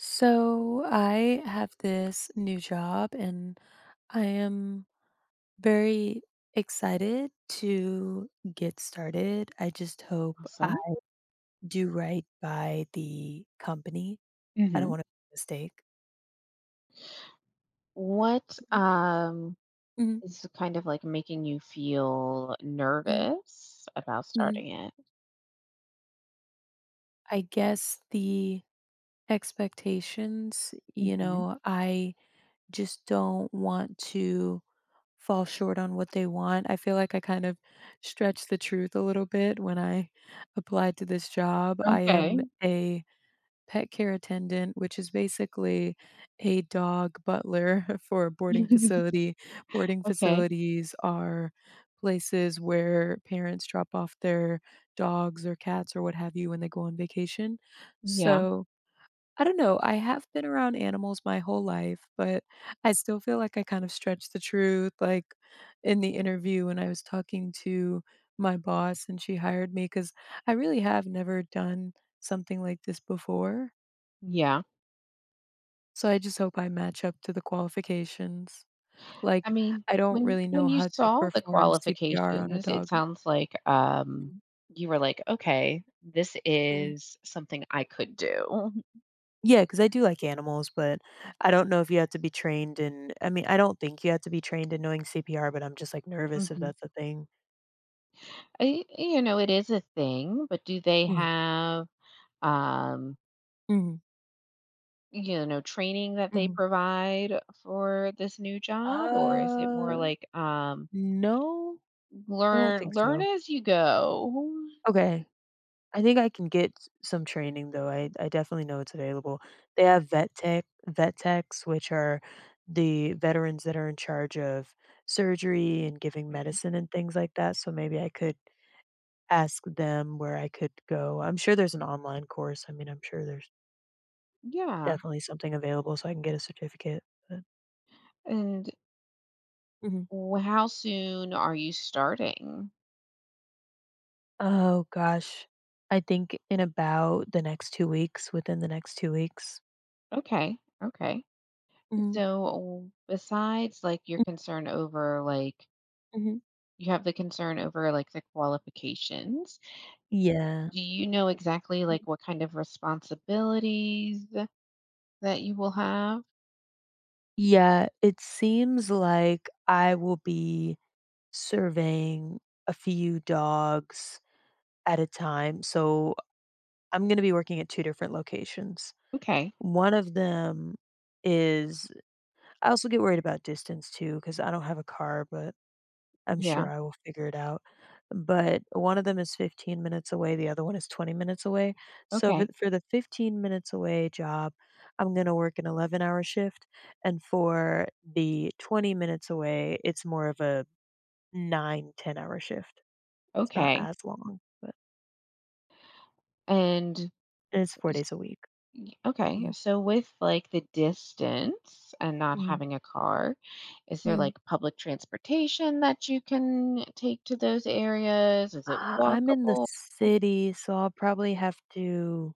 So I have this new job and I am very excited to get started. I just hope I Awesome. do right by the company. I don't hmm want to make a mistake. What Mhm, mhm, is kind of like making you feel mhm, nervous about mhm. starting it? I guess the expectations, you Hmm. know, I just don't want to fall short on what they want. I feel like I kind of stretched the truth a little bit when I applied to this job. I am Okay. a pet care attendant, which is basically a dog butler for a boarding facility. Boarding Okay. facilities are places where parents drop off their dogs or cats or what have you when they go on vacation. Yeah. So, I don't know, I have been around animals my whole life, but I still feel like I kind of stretched the truth, like, in the interview when I was talking to my boss and she hired me, because I really have never done something like this before, Yeah. so I just hope I match up to the qualifications. I Like, mean, I don't when really know when you how to saw the perform CPR on a qualifications, it dog. sounds like you were like, okay, this Mhm. is something I could do. Yeah, because I do like animals, but I don't know if you have to be trained in. I mean, I don't think you have to be trained in knowing CPR, but I'm just, like, nervous if hmm that's a thing. It is a thing, but do they Mm, have um mhm, training that they mhm. provide for this new job, or is it Uh, more like um no, I don't learn think learn so. as you go? Okay. I think I can get s some training, though. I definitely know it's available. They have vet techs, which are the veterans that are in charge of surgery and giving Mhm. medicine and things like that, so maybe I could ask them where I could go. I'm sure there's an online course. I mean, I'm sure there's Yeah. definitely something available so I can get a certificate, but And Mhm. How soon are you starting? Oh gosh. I think in about the next 2 weeks, within the next 2 weeks. Okay. Okay. Mhm. So besides like your Mm, concern over like mhm. you have the concern over like the qualifications, Yeah. do you know exactly like Mhm. what kind of responsibilities that you will have? Yeah, it seems like I will be surveying a few dogs at a time, so I'm gonna be working at 2 different locations. Okay. One of them is. I also get worried about distance too because I don't have a car, but I'm sure Yeah. I will figure it out. But one of them is 15 minutes away, the other one is 20 minutes away. So for Okay. for the 15 minutes away job, I'm gonna work an 11-hour shift, and for the 20 minutes away, it's more of a 9-10 hour shift. It's not Okay. as long, but And and it's 4 days a week. okay, Mhm, so with like the distance and not mhm, having a car, is there mhm. like public transportation that you can take to those areas? Is it I'm in the walkable? city, so I'll probably have to.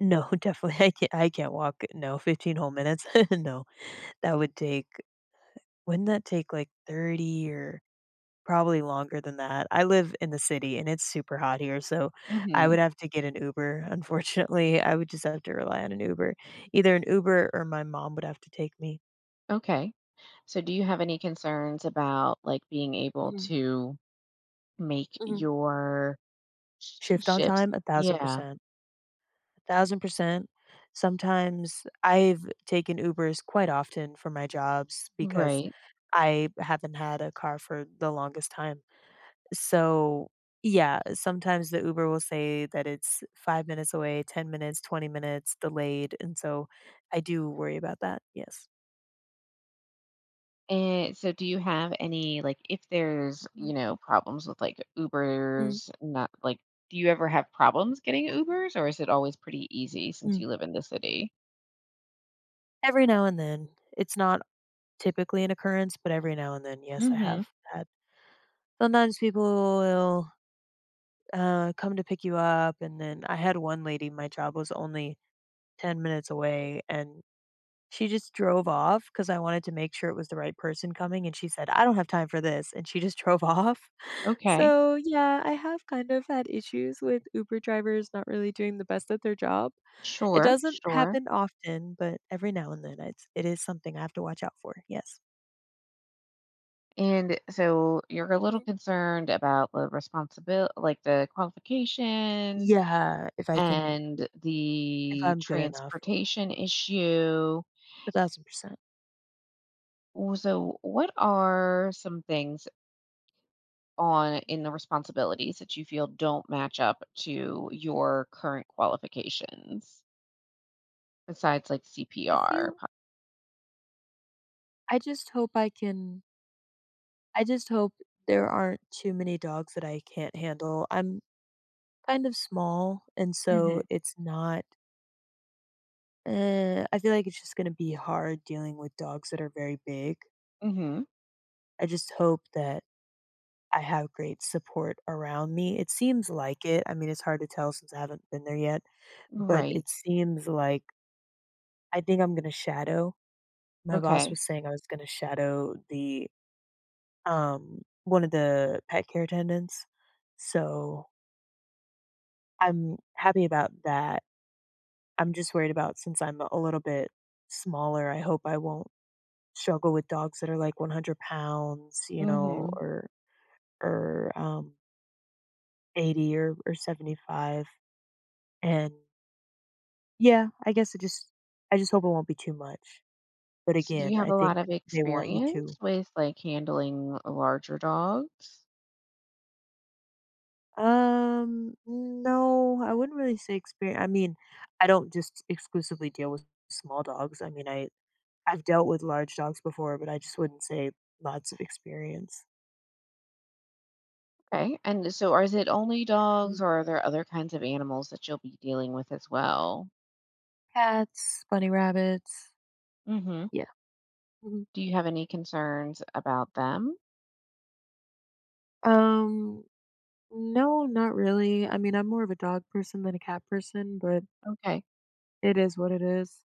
No, definitely I can't walk, no, 15 whole minutes. No, that would take wouldn't that take, like, 30 or probably longer than that. I live in the city, and it's super hot here, so I Hmm. would have to get an Uber, unfortunately. I would just have to rely on an Uber. Either an Uber or my mom would have to take me. Okay. So do you have any concerns about like being able Mhm, to make mhm. your Shift on shifts? time, Yeah, 1,000%. 1,000%. Sometimes I've taken Ubers quite often for my jobs because right. I haven't had a car for the longest time. So, yeah, sometimes the Uber will say that it's 5 minutes away, 10 minutes, 20 minutes delayed, and so I do worry about that, yes. And so do you have any like if there's, Mm, problems with like mm, Ubers, not like do you ever have problems getting Ubers or is it always pretty easy since mm. you live in the city? Every now and then. It's not typically an occurrence, but every now and then, yes, I Mhm. have had. Sometimes people will come to pick you up. And then I had one lady, my job was only 10 minutes away, and she just drove off because I wanted to make sure it was the right person coming. And she said, I don't have time for this. And she just drove off. Okay. So, yeah, I have kind of had issues with Uber drivers not really doing the best at their job. It Sure, doesn't sure. happen often, but every now and then it is something I have to watch out for. Yes. And so you're a little Mhm. concerned about the responsibility, like the qualifications Yeah. If I can, and if the I'm good enough, transportation issue. 1,000%. So, what are some things on in the responsibilities that you feel don't match up to your current qualifications besides like I CPR? feel, I just hope I can I just hope there aren't too many dogs that I can't handle. I'm kind of small, and so Mhm. it's not I feel like it's just gonna be hard dealing with dogs that are very big. Mhm. I just hope that I have great support around me. It seems like it. I mean, it's hard to tell since I haven't been there yet, but Right. it seems like I think I'm gonna shadow my boss Okay. was saying I was gonna shadow one of the pet care attendants. So I'm happy about that. I'm just worried about since I'm a little bit smaller, I hope I won't struggle with dogs that are like 100 pounds, Mhm. or or um, 80 or 75. And yeah, I guess it just I just hope it won't be too much. But So do again, you have I a think lot of they want you experience to. with like handling larger dogs? No, I wouldn't really say experience. I mean, I don't just exclusively deal with small dogs. I mean, I've dealt with large dogs before, but I just wouldn't say lots of experience. Okay. And so are is it only Mm, dogs or are there other kinds of animals that you'll be dealing with as well? Cats, bunny rabbits. Mhm. Yeah. Mhm. Do you have any concerns about them? Um, no, not really. I mean, I'm more of a dog person than a cat person, but Okay. it is what it is.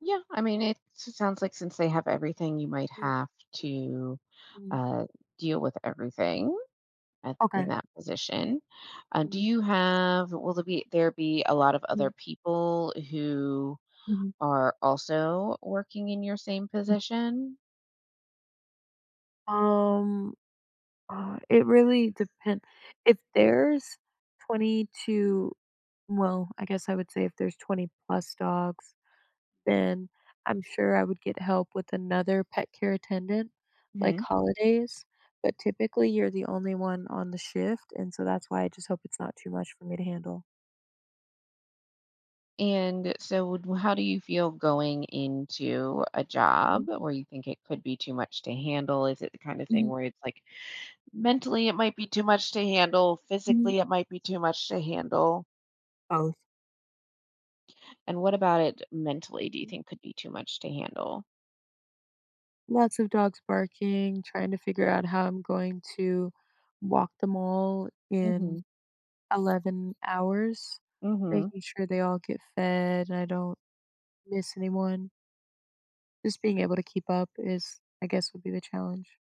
Yeah, I mean, it sounds like since they have everything, you might have to Mm-hmm. uh, deal with everything in Okay. That position. Do Hmm. you have? Will there be a lot of Mm, other people who mhm, are also working in your same mm. position? Um, it really depends. If there's 20 to, well, I guess I would say if there's 20 plus dogs, then I'm sure I would get help with another pet care attendant, like Mhm. holidays, but typically you're the only one on the shift, and so that's why I just hope it's not too much for me to handle. And so, how do you feel going into a job Mm, where you think it could be too much to handle? Is it the kind of thing mhm, where it's like mentally, it might be too much to handle. mhm. Physically, it might be too much to handle. Both. And what about it mentally do you Mhm. think could be too much to handle? Lots of dogs barking, trying to figure out how I'm going to walk them all in Mhm, 11 hours, mhm. making sure they all get fed and I don't miss anyone. Just being able to keep up is, I guess, would be the challenge.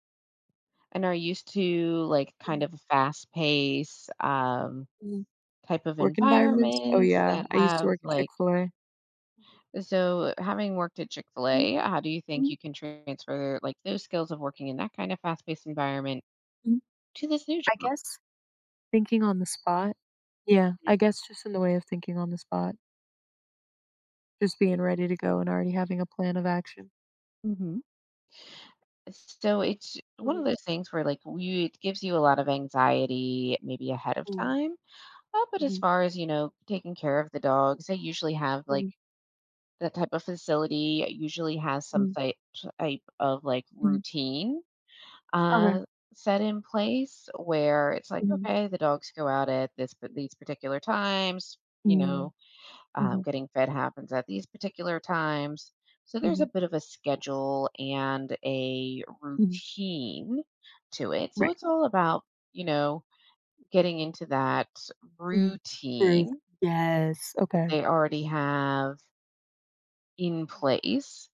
And are used to, like, kind Mhm, of a fast pace, mhm. type of Work environments? Oh, environments yeah, that I used to have, work at like Chick-fil-A. Mhm, so having worked at mhm, Chick-fil-A, how do you think mhm, you can transfer, like, those skills of working in that kind of fast-paced environment mhm. to this new I job? guess thinking on the spot? Yeah, Mhm. I guess just in the way of thinking on the spot, just being ready to go and already having a plan of action. Mhm. So it's one of Mhm, those things where like you, it gives you a lot of anxiety maybe ahead of mm, time. But as mhm, far as, taking care of the dogs, they usually have like mhm, that type of facility usually has some mhm, type of like mhm, routine okay, uh set in place where it's like, mhm, okay, the dogs go out at this but these particular times, you mm, know, mhm, getting fed happens at these particular times. So there's a mhm, bit of a schedule and a mhm, routine to it. So right, it's all about, you know, getting into that mhm. Groove. routine Yes, that okay. they already have in place.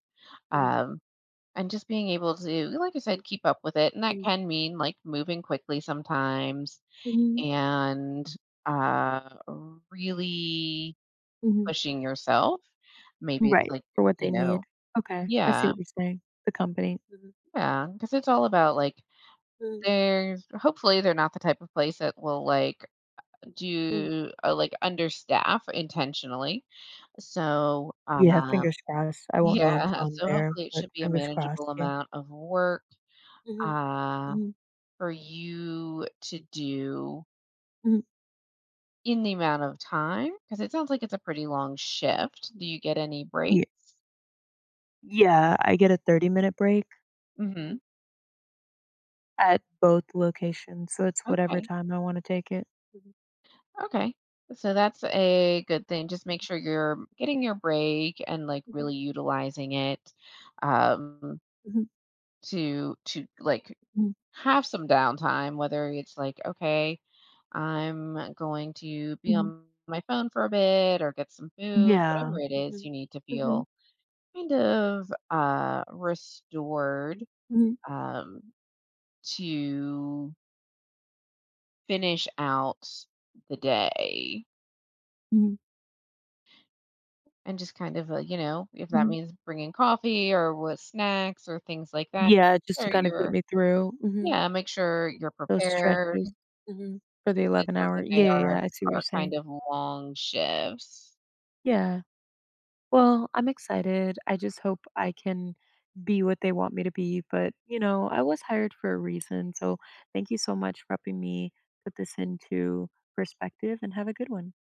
Mm, Um, and just being able to, like I said, keep up with it. And that mhm, can mean like moving quickly sometimes mhm, and uh, really mhm, mhm. pushing yourself. Maybe it's Right. like, For what they you need. know, Okay, I see Yeah, what you're saying, the company. Mhm, yeah, because it's all about, like, mhm, there's hopefully, they're not the type of place that will, like, mm. do like, understaff intentionally. So, Yeah, fingers crossed. I won't know until yeah, I'm so there, hopefully it but should be a fingers manageable crossed, yeah. amount of work, Mhm, uh, mhm, for you to do mhm. in the amount of time. Because it sounds like it's a pretty long shift. Do you get any Ye breaks? yeah, I get a 30-minute-minute break. Mhm. Mhm, At both locations, so it's whatever okay. time I wanna take it. Mhm, Okay. So that's a good thing. Just make sure you're getting your break and like mhm, really utilizing it um mhm, to like mhm, mhm, have some downtime, whether it's like, okay, I'm going to be mhm, on my phone for a bit or get some food, yeah, whatever it is, mhm, you need to mhm, feel kind of restored mhm, um to finish out the day. mhm, And just kind of, if that mhm. means bringing coffee or with snacks or things like that, Yeah, just to sure kind of get you're me through, mhm, yeah, make sure you're those prepared. stretches, mhm, for the It 11 sounds hour. like Yeah, they yeah, yeah, are I see what you're are saying. kind of long shifts. Yeah. Well, I'm excited. I just hope I can be what they want me to be. But I was hired for a reason. So thank you so much for helping me put this into perspective and have a good one.